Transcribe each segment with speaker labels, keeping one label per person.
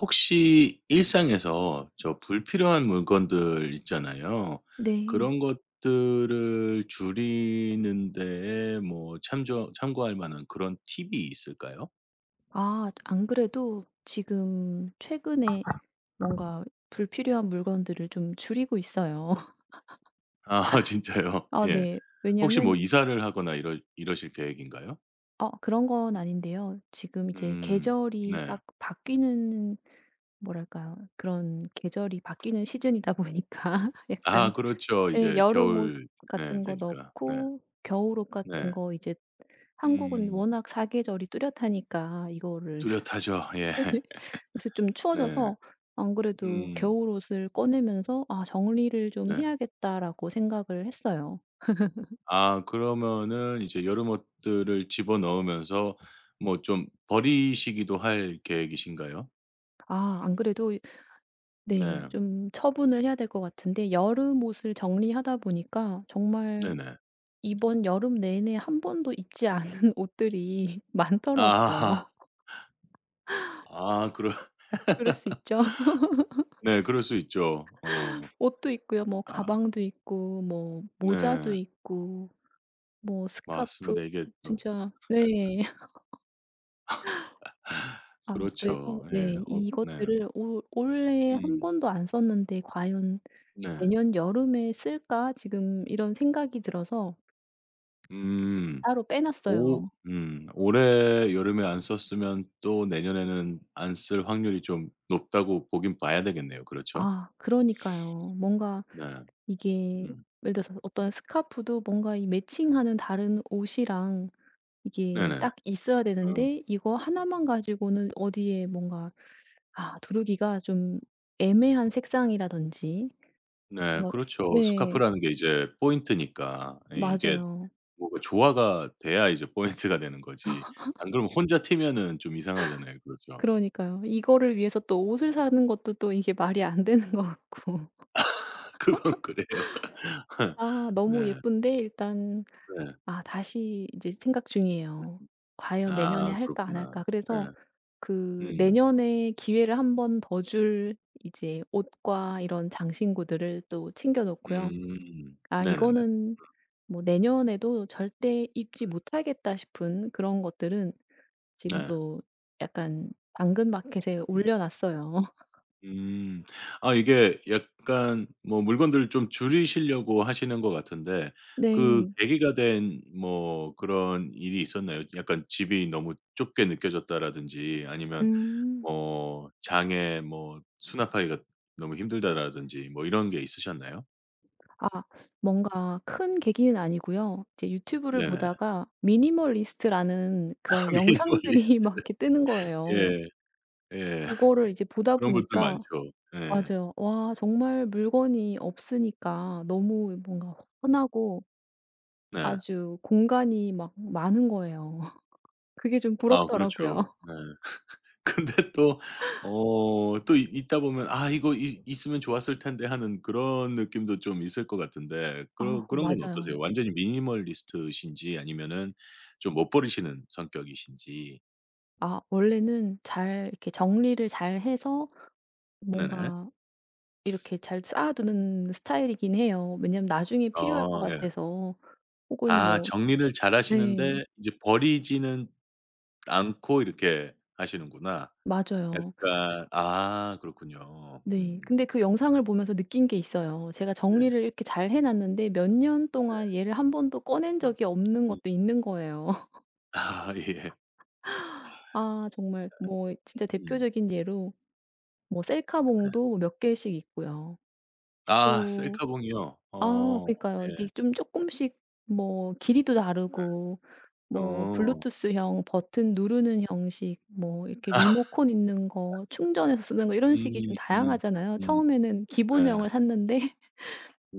Speaker 1: 혹시 일상에서 불필요한 물건들 있잖아요.
Speaker 2: 네.
Speaker 1: 그런 것들을 줄이는 데에 뭐 참조 참고할 만한 그런 팁이 있을까요?
Speaker 2: 아 안 그래도 지금 최근에 뭔가 불필요한 물건들을 좀 줄이고 있어요.
Speaker 1: 아 진짜요?
Speaker 2: 아
Speaker 1: 예.
Speaker 2: 네.
Speaker 1: 혹시 뭐
Speaker 2: 왜냐하면
Speaker 1: 이사를 하거나 이러실 계획인가요?
Speaker 2: 어 그런 건 아닌데요. 지금 이제
Speaker 1: 음.
Speaker 2: 계절이
Speaker 1: 네.
Speaker 2: 딱 바뀌는, 뭐랄까요? 그런 계절이 바뀌는 시즌이다 보니까
Speaker 1: 아
Speaker 2: 약간,
Speaker 1: 그렇죠.
Speaker 2: 예
Speaker 1: 이제
Speaker 2: 여름 옷
Speaker 1: 겨울 네
Speaker 2: 같은 거
Speaker 1: 되니까. 네.
Speaker 2: 넣고 겨울 옷 같은
Speaker 1: 네.
Speaker 2: 거 이제 한국은
Speaker 1: 음.
Speaker 2: 워낙 사계절이 뚜렷하니까 이거를
Speaker 1: 뚜렷하죠. 예.
Speaker 2: 요새 좀
Speaker 1: 네.
Speaker 2: 추워져서 안 그래도
Speaker 1: 음.
Speaker 2: 겨울옷을 꺼내면서 '아 정리를 좀
Speaker 1: 네.
Speaker 2: 해야겠다.'라고 생각을 했어요.
Speaker 1: 아 그러면은 이제 여름 옷들을 집어넣으면서 뭐 좀 버리시기도 할 계획이신가요?
Speaker 2: 아 안 그래도 네
Speaker 1: 네.
Speaker 2: 좀 처분을 해야 될 것 같은데 여름옷을 정리하다 보니까 정말
Speaker 1: 네네.
Speaker 2: 이번 여름 내내 한 번도 입지 않은 옷들이
Speaker 1: 아하.
Speaker 2: 많더라고요.
Speaker 1: 아 그럴
Speaker 2: 그럴 수 있죠.
Speaker 1: 네 그럴 수 있죠.
Speaker 2: 옷도 있고요. 뭐
Speaker 1: 아
Speaker 2: 가방도 있고 뭐 모자도
Speaker 1: 네.
Speaker 2: 있고 뭐 스카프
Speaker 1: 맞습니다. 이게 또
Speaker 2: 진짜 네. 아 그래서
Speaker 1: 그렇죠. 예.
Speaker 2: 네
Speaker 1: 네.
Speaker 2: 이것들을 올 올해 한
Speaker 1: 음.
Speaker 2: 번도 안 썼는데 '과연
Speaker 1: 네.
Speaker 2: 내년 여름에 쓸까?' 지금 이런 생각이 들어서
Speaker 1: 음.
Speaker 2: 따로 빼
Speaker 1: 오
Speaker 2: 놨어요.
Speaker 1: 올해 여름에 안 썼으면 또 내년에는 안 쓸 확률이 좀 높다고 보긴 봐야 되겠네요. 그렇죠?
Speaker 2: 아 그러니까요. 뭔가
Speaker 1: 네.
Speaker 2: 이게
Speaker 1: 음.
Speaker 2: 예를 들어서 어떤 스카프도 뭔가 이 매칭하는 다른 옷이랑 이게
Speaker 1: 네네.
Speaker 2: 딱 있어야
Speaker 1: 음.
Speaker 2: 되는데 이거 하나만 가지고는 어디에 뭔가 아 두르기가 좀 애매한 색상이라든지,
Speaker 1: 네
Speaker 2: 뭔가
Speaker 1: 그렇죠.
Speaker 2: 네
Speaker 1: 스카프라는 게 이제 포인트니까. 예 이게
Speaker 2: 맞아요.
Speaker 1: 뭐가 조화가 돼야 이제 포인트가 되는 거지. 안 그러면 혼자 튀면은 좀 이상하잖아요. 그렇죠.
Speaker 2: 그러니까요. 이거를 위해서 또 옷을 사는 것도 또 이게 말이 안 되는 것 같고.
Speaker 1: 그건 그래요.
Speaker 2: 아 너무
Speaker 1: 네.
Speaker 2: 예쁜데 일단
Speaker 1: 네.
Speaker 2: 아 다시 이제 생각 중이에요. '과연 내년에
Speaker 1: 아
Speaker 2: 할까 안 할까.'
Speaker 1: 그렇구나.
Speaker 2: 그래서
Speaker 1: 네.
Speaker 2: 그
Speaker 1: 음.
Speaker 2: 내년에 기회를 한번 더 줄 이제 옷과 이런 장신구들을 또 챙겨 놓고요.
Speaker 1: 음.
Speaker 2: '아
Speaker 1: 네네네.
Speaker 2: 이거는 뭐 내년에도 절대 입지 못하겠다.' 싶은 그런 것들은 지금
Speaker 1: 네.
Speaker 2: 도 약간 당근마켓에
Speaker 1: 음.
Speaker 2: 올려 놨어요.
Speaker 1: 음. 아 이게 약간 뭐 물건들을 좀 줄이시려고 하시는 것 같은데 그
Speaker 2: 네.
Speaker 1: 계기가 된 뭐 그런 일이 있었나요? 약간 집이 너무 좁게 느껴졌다라든지 아니면
Speaker 2: 음.
Speaker 1: 뭐 장에 뭐 수납하기가 너무 힘들다라든지 뭐 이런 게 있으셨나요?
Speaker 2: 아 뭔가 큰 계기는 아니고요. 이제 유튜브를
Speaker 1: 네네.
Speaker 2: 보다가 미니멀리스트라는 그런
Speaker 1: 미니멀리
Speaker 2: 영상들이 막 이렇게 뜨는 거예요.
Speaker 1: 예. 예.
Speaker 2: 그거를 이제 보다
Speaker 1: 그런 분들
Speaker 2: 보니까
Speaker 1: 많죠. 예.
Speaker 2: 맞아요. 와 정말 물건이 없으니까 너무 뭔가 흔하고
Speaker 1: 네.
Speaker 2: 아주 공간이 막 많은 거예요. 그게 좀
Speaker 1: 아 그렇죠.
Speaker 2: 부럽더라고요.
Speaker 1: 네. 근데 또 있다 보면 '아 이거 있 있으면 좋았을 텐데.' 하는 그런 느낌도 좀 있을 것 같은데
Speaker 2: 아
Speaker 1: 그런 건
Speaker 2: 맞아요.
Speaker 1: 어떠세요? 완전히 미니멀리스트이신지 아니면은 좀 못 버리시는 성격이신지.
Speaker 2: 아 원래는 잘 이렇게 정리를 잘해서
Speaker 1: 네네.
Speaker 2: 뭔가 이렇게 잘 쌓아 두는 스타일이긴 해요. 왜냐면 나중에 필요할 것
Speaker 1: 어 예.
Speaker 2: 같아서 혹은
Speaker 1: 아
Speaker 2: 뭐
Speaker 1: 정리를
Speaker 2: 네.
Speaker 1: 잘하시는데 이제 버리지는 않고 이렇게 하시는구나.
Speaker 2: 맞아요.
Speaker 1: 약간 아 그렇군요.
Speaker 2: 네. 근데 그 영상을 보면서 느낀 게 있어요. 제가
Speaker 1: 네.
Speaker 2: 정리를 이렇게 잘 해 놨는데 몇 년 동안 얘를 한 번도 꺼낸
Speaker 1: 음
Speaker 2: 적이 없는
Speaker 1: 음.
Speaker 2: 것도 있는 거예요.
Speaker 1: 아 예.
Speaker 2: 아 정말 뭐 진짜
Speaker 1: 음
Speaker 2: 대표적인 예로 뭐
Speaker 1: 네.
Speaker 2: 셀카봉도 뭐 몇 개씩 있고요.
Speaker 1: 아
Speaker 2: 또
Speaker 1: 셀카봉이요?
Speaker 2: 아
Speaker 1: 어
Speaker 2: 그니까요. 이게
Speaker 1: 예.
Speaker 2: 좀 쪼끔씩 뭐 길이도 다르고 뭐
Speaker 1: 어.
Speaker 2: 블루투스형 버튼 누르는 형식 뭐 이렇게 리모컨 있는 거 충전해서 쓰는 거 이런 식이 좀
Speaker 1: 음 음
Speaker 2: 다양하잖아요.
Speaker 1: 음.
Speaker 2: 처음에는
Speaker 1: 네.
Speaker 2: 기본형을 샀는데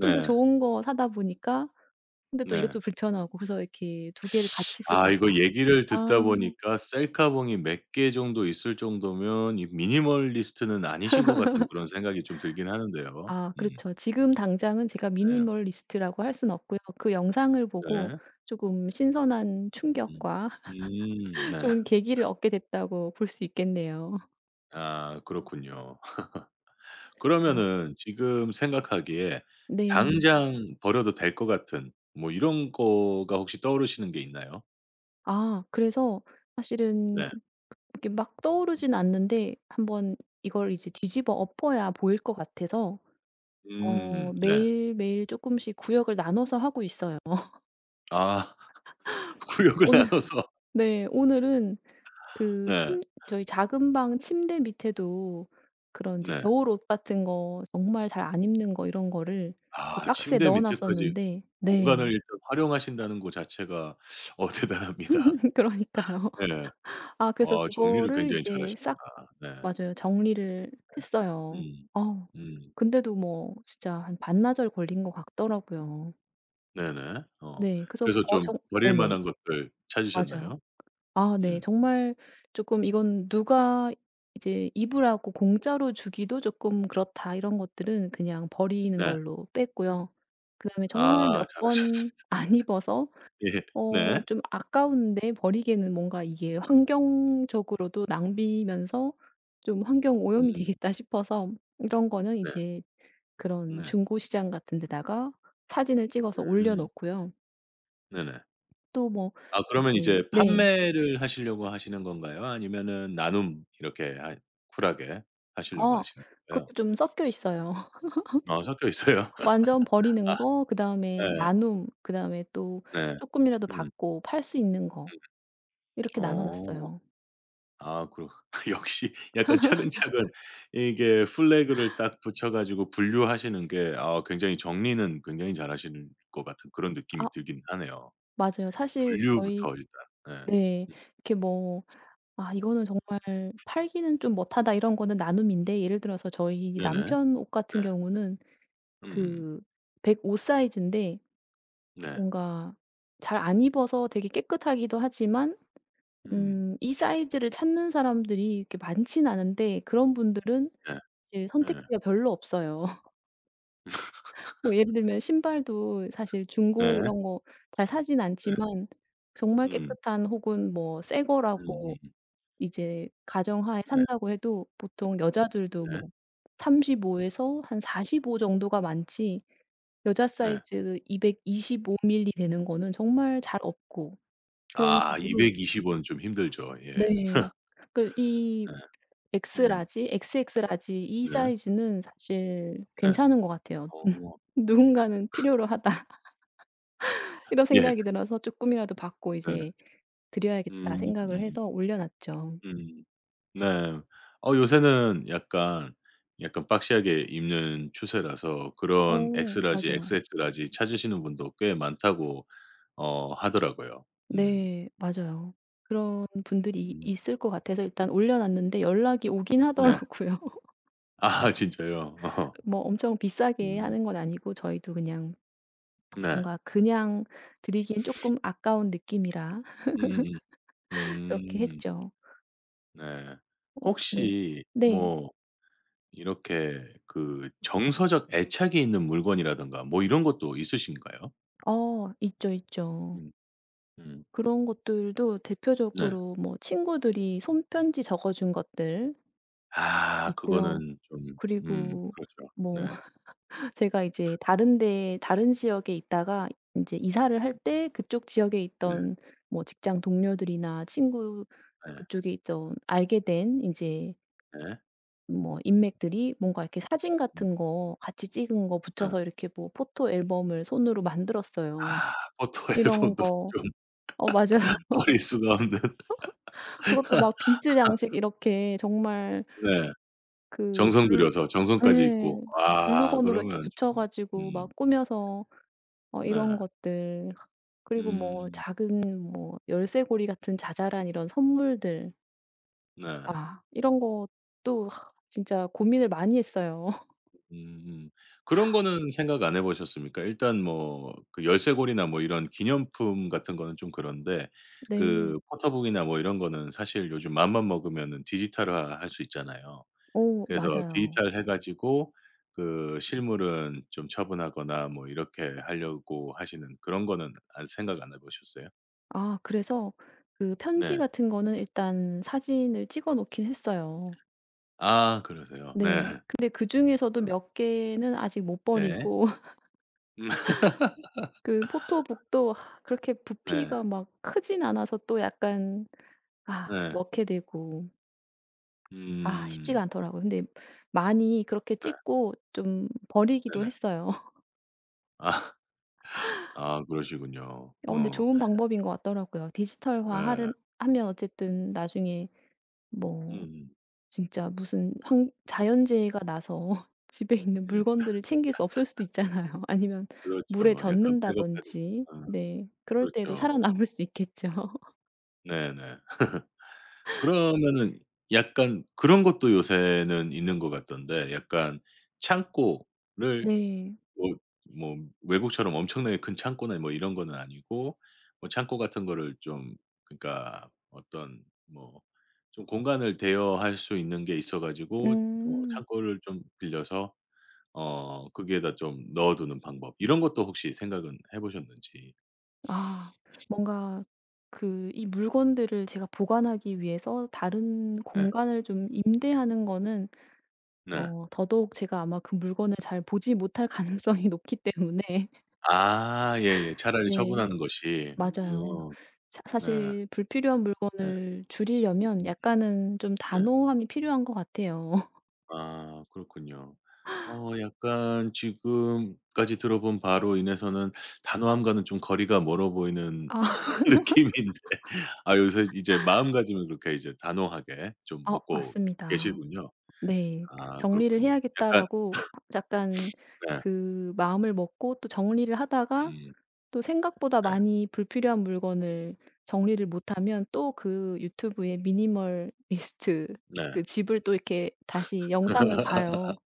Speaker 2: 좀 더 좋은 거 사다 보니까 근데 또
Speaker 1: 네.
Speaker 2: 이것도 불편하고 그래서 이렇게 두 개를 같이
Speaker 1: 아 이거
Speaker 2: 쓰다가
Speaker 1: 얘기를 듣다
Speaker 2: 아.
Speaker 1: 보니까 셀카봉이 몇 개 정도 있을 정도면 이 미니멀리스트는 아니신 것 같은 그런 생각이 좀 들긴 하는데요.
Speaker 2: 아
Speaker 1: 음.
Speaker 2: 그렇죠. 지금 당장은 제가
Speaker 1: 네.
Speaker 2: 미니멀리스트라고 할 수는 없고요. 그 영상을 보고
Speaker 1: 네.
Speaker 2: 조금 신선한
Speaker 1: 음.
Speaker 2: 충격과
Speaker 1: 네.
Speaker 2: 좋은 계기를 얻게 됐다고 볼 수 있겠네요.
Speaker 1: 아 그렇군요.
Speaker 2: 아
Speaker 1: 그러면은 지금 생각하기에
Speaker 2: 네.
Speaker 1: 당장 버려도 될 것 같은 뭐 이런 거가 혹시 떠오르시는 게 있나요?
Speaker 2: 아 그래서 사실은
Speaker 1: 네.
Speaker 2: 이렇게 막 떠오르진 않는데 한번 이걸 이제 뒤집어 엎어야 보일 것 같아서 어
Speaker 1: 네.
Speaker 2: 매일매일 쪼끔씩 구역을 나눠서 하고 있어요.
Speaker 1: 아. 구역을
Speaker 2: 오늘
Speaker 1: 나눠서
Speaker 2: 네 오늘은 그
Speaker 1: 네.
Speaker 2: 침 저희 작은 방 침대 밑에도 그런 이제
Speaker 1: 네.
Speaker 2: 겨울옷 같은 거 정말 잘 안 입는 거 이런 거를 그
Speaker 1: 아
Speaker 2: 박스에
Speaker 1: 침대
Speaker 2: 넣어
Speaker 1: 밑에까지
Speaker 2: 놨었는데
Speaker 1: 공간을
Speaker 2: 네.
Speaker 1: 일단 활용하신다는 거 자체가 어 대단합니다.
Speaker 2: 그러니까요.
Speaker 1: 예.
Speaker 2: 아 그래서
Speaker 1: 아 정리를
Speaker 2: 그거를
Speaker 1: 굉장히
Speaker 2: 이제
Speaker 1: 잘하시는구나.
Speaker 2: 싹
Speaker 1: 네.
Speaker 2: 맞아요. 정리를 했어요.
Speaker 1: 음.
Speaker 2: 어
Speaker 1: 음.
Speaker 2: 근데도 뭐 진짜 한 반나절 걸린 것 같더라고요.
Speaker 1: 네네. 어.
Speaker 2: 네. 그래서
Speaker 1: 그래서
Speaker 2: 어
Speaker 1: 좀
Speaker 2: 정
Speaker 1: 버릴
Speaker 2: 네네.
Speaker 1: 만한 것들
Speaker 2: 맞아요.
Speaker 1: 찾으셨나요?
Speaker 2: 아 네.
Speaker 1: 음.
Speaker 2: 정말 쪼끔 이건 누가 이제 입으라고 공짜로 주기도 쪼끔 그렇다 이런 것들은 그냥 버리는
Speaker 1: 네.
Speaker 2: 걸로 뺐고요. 그다음에 정말
Speaker 1: 아
Speaker 2: 몇 번
Speaker 1: 잘하셨습니다.
Speaker 2: 안 입어서
Speaker 1: 예.
Speaker 2: 어
Speaker 1: 네.
Speaker 2: 좀 아까운데 버리기에는 뭔가 이게 '환경적으로도 낭비면서 좀 환경 오염이
Speaker 1: 음.
Speaker 2: 되겠다.' 싶어서 이런 거는
Speaker 1: 네.
Speaker 2: 이제 그런
Speaker 1: 네.
Speaker 2: 중고 시장 같은 데다가 사진을 찍어서 올려
Speaker 1: 음.
Speaker 2: 놓고요.
Speaker 1: 네네.
Speaker 2: 또 뭐
Speaker 1: 아 그러면
Speaker 2: 이제
Speaker 1: 이제
Speaker 2: 네.
Speaker 1: 판매를 하시려고 하시는 건가요? 아니면은 나눔 이렇게 하 쿨하게 하시려고
Speaker 2: 아
Speaker 1: 하시는 건가요?
Speaker 2: 그것도 좀 섞여 있어요.
Speaker 1: 아 섞여 있어요.
Speaker 2: 완전 버리는
Speaker 1: 아
Speaker 2: 거 그다음에
Speaker 1: 예.
Speaker 2: 나눔 그다음에 또
Speaker 1: 네. 네.
Speaker 2: 조금이라도
Speaker 1: 음.
Speaker 2: 받고 팔 수 있는 거 이렇게 나눠
Speaker 1: 어.
Speaker 2: 놨어요.
Speaker 1: 아 그렇 역시 약간 차근차근 이게 플래그를 딱 붙여 가지고 분류하시는 게 아 굉장히 정리는 굉장히 잘하시는 것 같은 그런
Speaker 2: 아
Speaker 1: 느낌이 들긴 하네요.
Speaker 2: 맞아요. 사실 저희
Speaker 1: 분류부터 일단. 네.
Speaker 2: 네.
Speaker 1: 음.
Speaker 2: 이렇게 뭐 아 이거는 정말 "팔기는 좀 못하다 이런 거는 나눔인데 예를 들어서 저희
Speaker 1: 네네. 네.
Speaker 2: 남편 옷 같은 경우는
Speaker 1: 음음.
Speaker 2: 그 105 사이즈인데
Speaker 1: 네.
Speaker 2: 뭔가 잘 안 입어서 되게 깨끗하기도 하지만
Speaker 1: 음.
Speaker 2: 이 사이즈를 찾는 사람들이 이렇게 많진 않은데 그런 분들은
Speaker 1: 네.
Speaker 2: 사실
Speaker 1: 예.
Speaker 2: 선택지가 별로 없어요. 뭐 예를 들면 신발도 사실 중고
Speaker 1: 네.
Speaker 2: 이런 거 잘 사진
Speaker 1: 네.
Speaker 2: 않지만 정말
Speaker 1: 음.
Speaker 2: 깨끗한 혹은 뭐 새 거라고
Speaker 1: 음음음.
Speaker 2: 이제 가정하에
Speaker 1: 네.
Speaker 2: 산다고 해도 보통 여자들도
Speaker 1: 네.
Speaker 2: 뭐 35에서 에서 한 45 정도가 많지 여자
Speaker 1: 네.
Speaker 2: 사이즈 225 밀리 되는 거는 정말 잘 없고 그런
Speaker 1: 아
Speaker 2: 식으로
Speaker 1: 220원 좀 힘들죠. 예.
Speaker 2: 네. 그 이
Speaker 1: 네.
Speaker 2: 엑스
Speaker 1: 음.
Speaker 2: 라지, XX 라지 이
Speaker 1: 네.
Speaker 2: 사이즈는 사실
Speaker 1: 네.
Speaker 2: 괜찮은 것 같아요.
Speaker 1: 어.
Speaker 2: '누군가는 필요로 하다.' 이런
Speaker 1: 예.
Speaker 2: 생각이 들어서 쪼끔이라도 받고
Speaker 1: 네.
Speaker 2: 이제 '드려야겠다.'
Speaker 1: 음
Speaker 2: 생각을
Speaker 1: 음
Speaker 2: 해서 올려 놨죠.
Speaker 1: 음. 네. 어 요새는 약간, 약간 박시하게 입는 추세라서 그런 엑스
Speaker 2: 어
Speaker 1: 라지,
Speaker 2: 맞아요.
Speaker 1: XX 라지 찾으시는 분도 꽤 많다고 어 하더라고요. 음.
Speaker 2: 네. 맞아요. 그런 분들이
Speaker 1: 음
Speaker 2: 있을 것 같아서 일단 올려 놨는데 연락이 오긴
Speaker 1: 네.
Speaker 2: 하더라고요.
Speaker 1: 아 진짜요? 어허.
Speaker 2: 뭐 엄청 비싸게
Speaker 1: 음.
Speaker 2: 하는 건 아니고 저희도 그냥
Speaker 1: 네.
Speaker 2: 뭔가 그냥 드리기엔 조금 아까운 느낌이라
Speaker 1: 음음음. 음.
Speaker 2: 그렇게
Speaker 1: 음.
Speaker 2: 했죠.
Speaker 1: 네.
Speaker 2: 네.
Speaker 1: 혹시
Speaker 2: 네.
Speaker 1: 뭐 이렇게 그 정서적 애착이 있는 물건이라든가 뭐 이런 것도 있으신가요?
Speaker 2: 어 있죠, 있죠.
Speaker 1: 음. 음.
Speaker 2: 그런 것들도
Speaker 1: 네.
Speaker 2: 대표적으로 뭐 친구들이 손편지 적어 준 것들
Speaker 1: 아
Speaker 2: 있고요.
Speaker 1: 그거는 좀
Speaker 2: 그리고
Speaker 1: 그렇죠.
Speaker 2: 뭐
Speaker 1: 네.
Speaker 2: 제가 이제 다른 데 다른 지역에 있다가 이제 이사를 할 때 그쪽 지역에
Speaker 1: 네.
Speaker 2: 있던 뭐 직장 동료들이나 친구
Speaker 1: 네.
Speaker 2: 그쪽에 있던 알게 된 인제
Speaker 1: 네.
Speaker 2: 뭐 인맥들이 뭔가 이렇게 사진
Speaker 1: 음.
Speaker 2: 같은 거 같이 찍은 거
Speaker 1: 네.
Speaker 2: 붙여서 이렇게 뭐 포토 앨범을 손으로 만들었어요.
Speaker 1: 아 포토
Speaker 2: 이런
Speaker 1: 앨범도
Speaker 2: 거
Speaker 1: 좀
Speaker 2: 어 맞아요.
Speaker 1: 버릴 수가 없는
Speaker 2: 그것도 막 비즈 양식 이렇게 정말
Speaker 1: 네.
Speaker 2: 그
Speaker 1: 정성
Speaker 2: 글루
Speaker 1: 들여서 정성까지
Speaker 2: 예.
Speaker 1: 있고 아
Speaker 2: 글루건으로 이렇게
Speaker 1: 그러면
Speaker 2: 붙여
Speaker 1: 좀
Speaker 2: 가지고 막
Speaker 1: 음
Speaker 2: 꾸며서 어 이런
Speaker 1: 네.
Speaker 2: 것들 그리고 뭐
Speaker 1: 음
Speaker 2: 작은 뭐 열쇠고리 같은 자잘한 이런 선물들
Speaker 1: 네.
Speaker 2: 아 이런 것도 하, 진짜 고민을 많이 했어요.
Speaker 1: 음음. 그런 거는 생각 안 해 보셨습니까? 일단 뭐 그 열쇠고리나 뭐 이런 기념품 같은 거는 좀 그런데
Speaker 2: 네.
Speaker 1: 그 포토북이나 뭐 이런 거는 사실 요즘 마음만 먹으면은 디지털화 할 수 있잖아요.
Speaker 2: 어
Speaker 1: 그래서
Speaker 2: 맞아요.
Speaker 1: 디지털 해 가지고 그 실물은 좀 처분하거나 뭐 이렇게 하려고 하시는 그런 거는 안 생각 안 해 보셨어요?
Speaker 2: 아 그래서 그 편지
Speaker 1: 네.
Speaker 2: 같은 거는 일단 사진을 찍어 놓긴 했어요.
Speaker 1: 아 그러세요. 네.
Speaker 2: 네. 근데 그중에서도 몇 개는 아직 못
Speaker 1: 네.
Speaker 2: 버리고
Speaker 1: 음
Speaker 2: 그 포토북도 하, 그렇게
Speaker 1: 네.
Speaker 2: 부피가 막 크진 않아서 또 약간 아
Speaker 1: 네.
Speaker 2: 넣게 되고 아
Speaker 1: 음.
Speaker 2: 쉽지가 않더라고요. 근데 많이 그렇게
Speaker 1: 네.
Speaker 2: 찍고 좀 버리기도
Speaker 1: 네네.
Speaker 2: 했어요.
Speaker 1: 아. 아 그러시군요.
Speaker 2: 어 근데
Speaker 1: 어.
Speaker 2: 좋은 방법인 것 같더라고요. 디지털화
Speaker 1: 네.
Speaker 2: 하를 하면 어쨌든 나중에 뭐
Speaker 1: 음.
Speaker 2: 진짜 무슨 환 자연재해가 나서 집에 있는
Speaker 1: 음.
Speaker 2: 물건들을 챙길 수 없을 수도 있잖아요. 아니면 물에
Speaker 1: 그렇죠. 약간 백업해 두고
Speaker 2: 젖는다든지
Speaker 1: 아
Speaker 2: 네 그럴 때에도
Speaker 1: 그렇죠.
Speaker 2: 살아남을 수 있겠죠.
Speaker 1: 네네. 그러면은 약간 그런 것도 요새는 있는 것 같던데 약간 창고를
Speaker 2: 네.
Speaker 1: 뭐 뭐 외국처럼 엄청나게 큰 창고나 뭐 이런 거는 아니고 뭐 창고 같은 거를 좀 그러니까 어떤 뭐 좀 공간을 대여할 수 있는 게 있어 가지고 어
Speaker 2: 음.
Speaker 1: 창고를 좀 빌려서 어 거기에다 좀 넣어 두는 방법 이런 것도 혹시 생각은 해 보셨는지.
Speaker 2: 아 뭔가 그 이 물건들을 제가 보관하기 위해서 다른
Speaker 1: 네.
Speaker 2: 공간을 좀 임대하는 거는
Speaker 1: 네.
Speaker 2: 어 더더욱 제가 아마 그 물건을 잘 보지 못할 가능성이 높기 때문에
Speaker 1: 아 예예. 차라리
Speaker 2: 네
Speaker 1: 처분하는 것이.
Speaker 2: 맞아요.
Speaker 1: 음.
Speaker 2: 사
Speaker 1: 네.
Speaker 2: 사실 불필요한
Speaker 1: 네.
Speaker 2: 물건을 줄이려면
Speaker 1: 음음.
Speaker 2: 약간은 좀
Speaker 1: 네.
Speaker 2: 단호함이 필요한 것 같아요.
Speaker 1: 아 그렇군요. 어 약간 지금까지 들어본 바로 인해서는 단호함과는 좀 거리가 멀어 보이는
Speaker 2: 아
Speaker 1: 느낌인데 아 요새 이제 마음가짐을 그렇게 이제 단호하게 좀
Speaker 2: 아,
Speaker 1: 먹고
Speaker 2: 맞습니다.
Speaker 1: 계시군요.
Speaker 2: 네.
Speaker 1: 아
Speaker 2: '정리를
Speaker 1: 그렇군요. 약간
Speaker 2: 해야겠다.'라고 약간
Speaker 1: 네.
Speaker 2: 그 마음을 먹고 또 정리를 하다가
Speaker 1: 음
Speaker 2: 또 생각보다 많이 불필요한 물건을 정리를 못하면 또 그 유튜브의 미니멀 리스트
Speaker 1: 네. 네.
Speaker 2: 그 집을 또 이렇게 다시 영상을 봐요.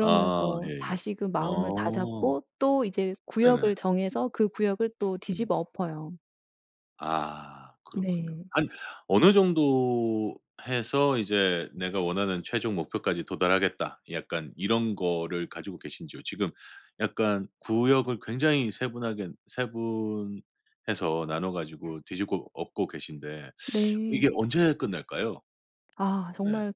Speaker 1: 아
Speaker 2: 다
Speaker 1: 예예.
Speaker 2: 시 그 마음을
Speaker 1: 어
Speaker 2: 다잡고 또 이제 구역을
Speaker 1: 네네.
Speaker 2: 정해서 그 구역을 또
Speaker 1: 음.
Speaker 2: 뒤집어 엎어요.
Speaker 1: 아 그렇군요.
Speaker 2: 네.
Speaker 1: 한 어느 정도 해서 이제 '내가 원하는 최종 목표까지 도달하겠다.' 약간 이런 거를 가지고 계신지요? 지금 약간 구역을 굉장히 세분하게 세분해서 나눠 가지고 뒤집고 엎고 계신데
Speaker 2: 네.
Speaker 1: 이게 언제 끝날까요?
Speaker 2: 아
Speaker 1: 네.
Speaker 2: 정말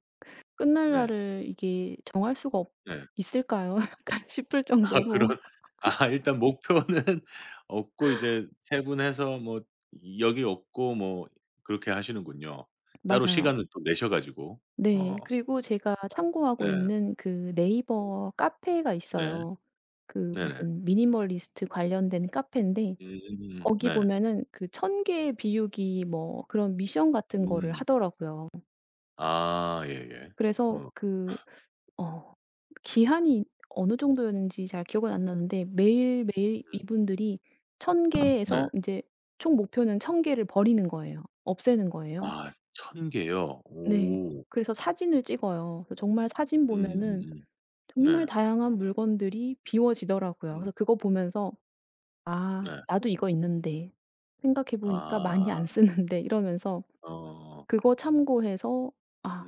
Speaker 2: 끝날
Speaker 1: 네.
Speaker 2: 날을 이게 정할 수가 없
Speaker 1: 네.
Speaker 2: 있을까요? 약간 싶을
Speaker 1: 아 그런
Speaker 2: 정도로.
Speaker 1: 아 일단 목표는 없고 이제 세분해서 뭐 여기 없고 뭐 그렇게 하시는군요. 따로
Speaker 2: 맞아요.
Speaker 1: 시간을 또 내셔 가지고.
Speaker 2: 네.
Speaker 1: 어
Speaker 2: 그리고 제가 참고하고
Speaker 1: 네.
Speaker 2: 있는 그 네이버 카페가
Speaker 1: 네.
Speaker 2: 있어요. 그
Speaker 1: 네네.
Speaker 2: 무슨 미니멀리스트 관련된 카페인데 거기
Speaker 1: 네.
Speaker 2: 보면은 그 1,000개 비우기 뭐 그런 미션 같은 거를
Speaker 1: 음.
Speaker 2: 하더라고요.
Speaker 1: 아 예예.
Speaker 2: 그래서
Speaker 1: 어
Speaker 2: 그 어 기한이 어느 정도였는지 잘 기억은 안 나는데 매일매일
Speaker 1: 음
Speaker 2: 이분들이 천
Speaker 1: 네.
Speaker 2: 개에서 인제 총 목표는 1,000개를 버리는 거예요. 없애는 거예요.
Speaker 1: 아 천 개요?
Speaker 2: 네.
Speaker 1: 오.
Speaker 2: 그래서 사진을 찍어요. 그래서 정말 사진 보면은
Speaker 1: 음음음.
Speaker 2: 정말
Speaker 1: 네.
Speaker 2: 다양한 물건들이 비워지더라고요.
Speaker 1: 음
Speaker 2: 그래서 그거 보면서 '아
Speaker 1: 네.
Speaker 2: 나도 이거 있는데. 생각해 보니까 많이
Speaker 1: 아
Speaker 2: 안 쓰는데.' 이러면서
Speaker 1: 어.
Speaker 2: 그거 참고해서 '아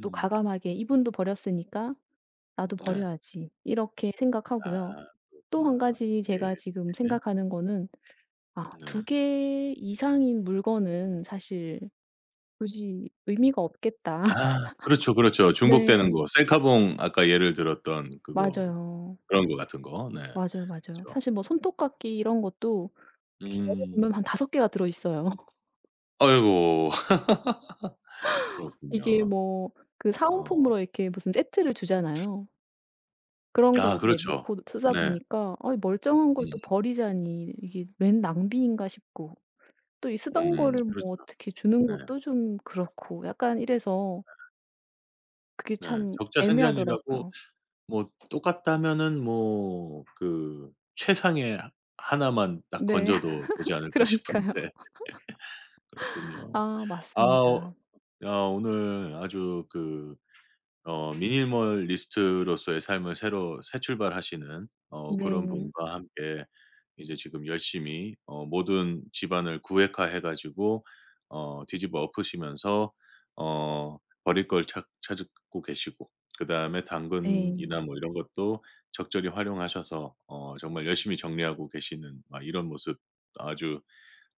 Speaker 2: 또 과감하게 이분도 버렸으니까 나도
Speaker 1: 네.
Speaker 2: 버려야지.' 이렇게
Speaker 1: 아
Speaker 2: 생각하고요. 또 한
Speaker 1: 그렇구나.
Speaker 2: 가지
Speaker 1: 예.
Speaker 2: 제가 지금
Speaker 1: 예.
Speaker 2: 생각하는 거는 아 두
Speaker 1: 네.
Speaker 2: 개 이상인 물건은 사실 굳이 의미가 없겠다.
Speaker 1: 아 그렇죠, 그렇죠. 중복되는
Speaker 2: 네.
Speaker 1: 거. 셀카봉 아까 예를 들었던 그거
Speaker 2: 맞아요.
Speaker 1: 그런 거 같은 거. 네.
Speaker 2: 맞아요, 맞아요.
Speaker 1: 그렇죠.
Speaker 2: 사실 뭐 손톱깎이 이런 것도 이렇게 열어보면
Speaker 1: 음.
Speaker 2: 한 다섯 개가 들어있어요.
Speaker 1: 아이고
Speaker 2: 이게
Speaker 1: 그렇군요.
Speaker 2: 뭐 그
Speaker 1: 어.
Speaker 2: 사은품으로 이렇게 무슨 세트를 주잖아요. 그런 거
Speaker 1: 아
Speaker 2: 이제
Speaker 1: 그렇죠.
Speaker 2: 놓고 쓰다
Speaker 1: 네.
Speaker 2: 보니까 '아이 멀쩡한
Speaker 1: 음.
Speaker 2: 걸 또 버리자니 이게 웬 낭비인가.' 싶고 또 이 쓰던 거를 뭐
Speaker 1: 그렇죠.
Speaker 2: 어떻게 주는
Speaker 1: 네.
Speaker 2: 것도 좀 그렇고 약간 이래서 그게
Speaker 1: 네.
Speaker 2: 참
Speaker 1: 적자 생산이라고
Speaker 2: 애매하더라고요.
Speaker 1: 뭐 똑같다면은 뭐 그 최상의 하 하나만 딱
Speaker 2: 네.
Speaker 1: 건져도 되지 않을까
Speaker 2: 그러니까요.
Speaker 1: 싶은데 그렇군요.
Speaker 2: 아
Speaker 1: 아 어
Speaker 2: 맞습니다.
Speaker 1: 아 오늘 아주 그 어 미니멀리스트로서의 삶을 새로 새 출발하시는 어 그런
Speaker 2: 네.
Speaker 1: 분과 함께 이제 지금 열심히 어 모든 집안을 구획화해 가지고 어 뒤집어 엎으시면서 어 버릴 걸 찾 찾고 계시고 그다음에
Speaker 2: 네.
Speaker 1: 당근이나 뭐 이런 것도 적절히 활용하셔서 어 정말 열심히 정리하고 계시는 아 이런 모습 아주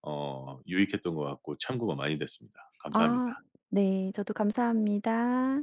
Speaker 1: 어 유익했던 것 같고 참고가 많이 됐습니다. 감사합니다.
Speaker 2: 아 네. 저도 감사합니다.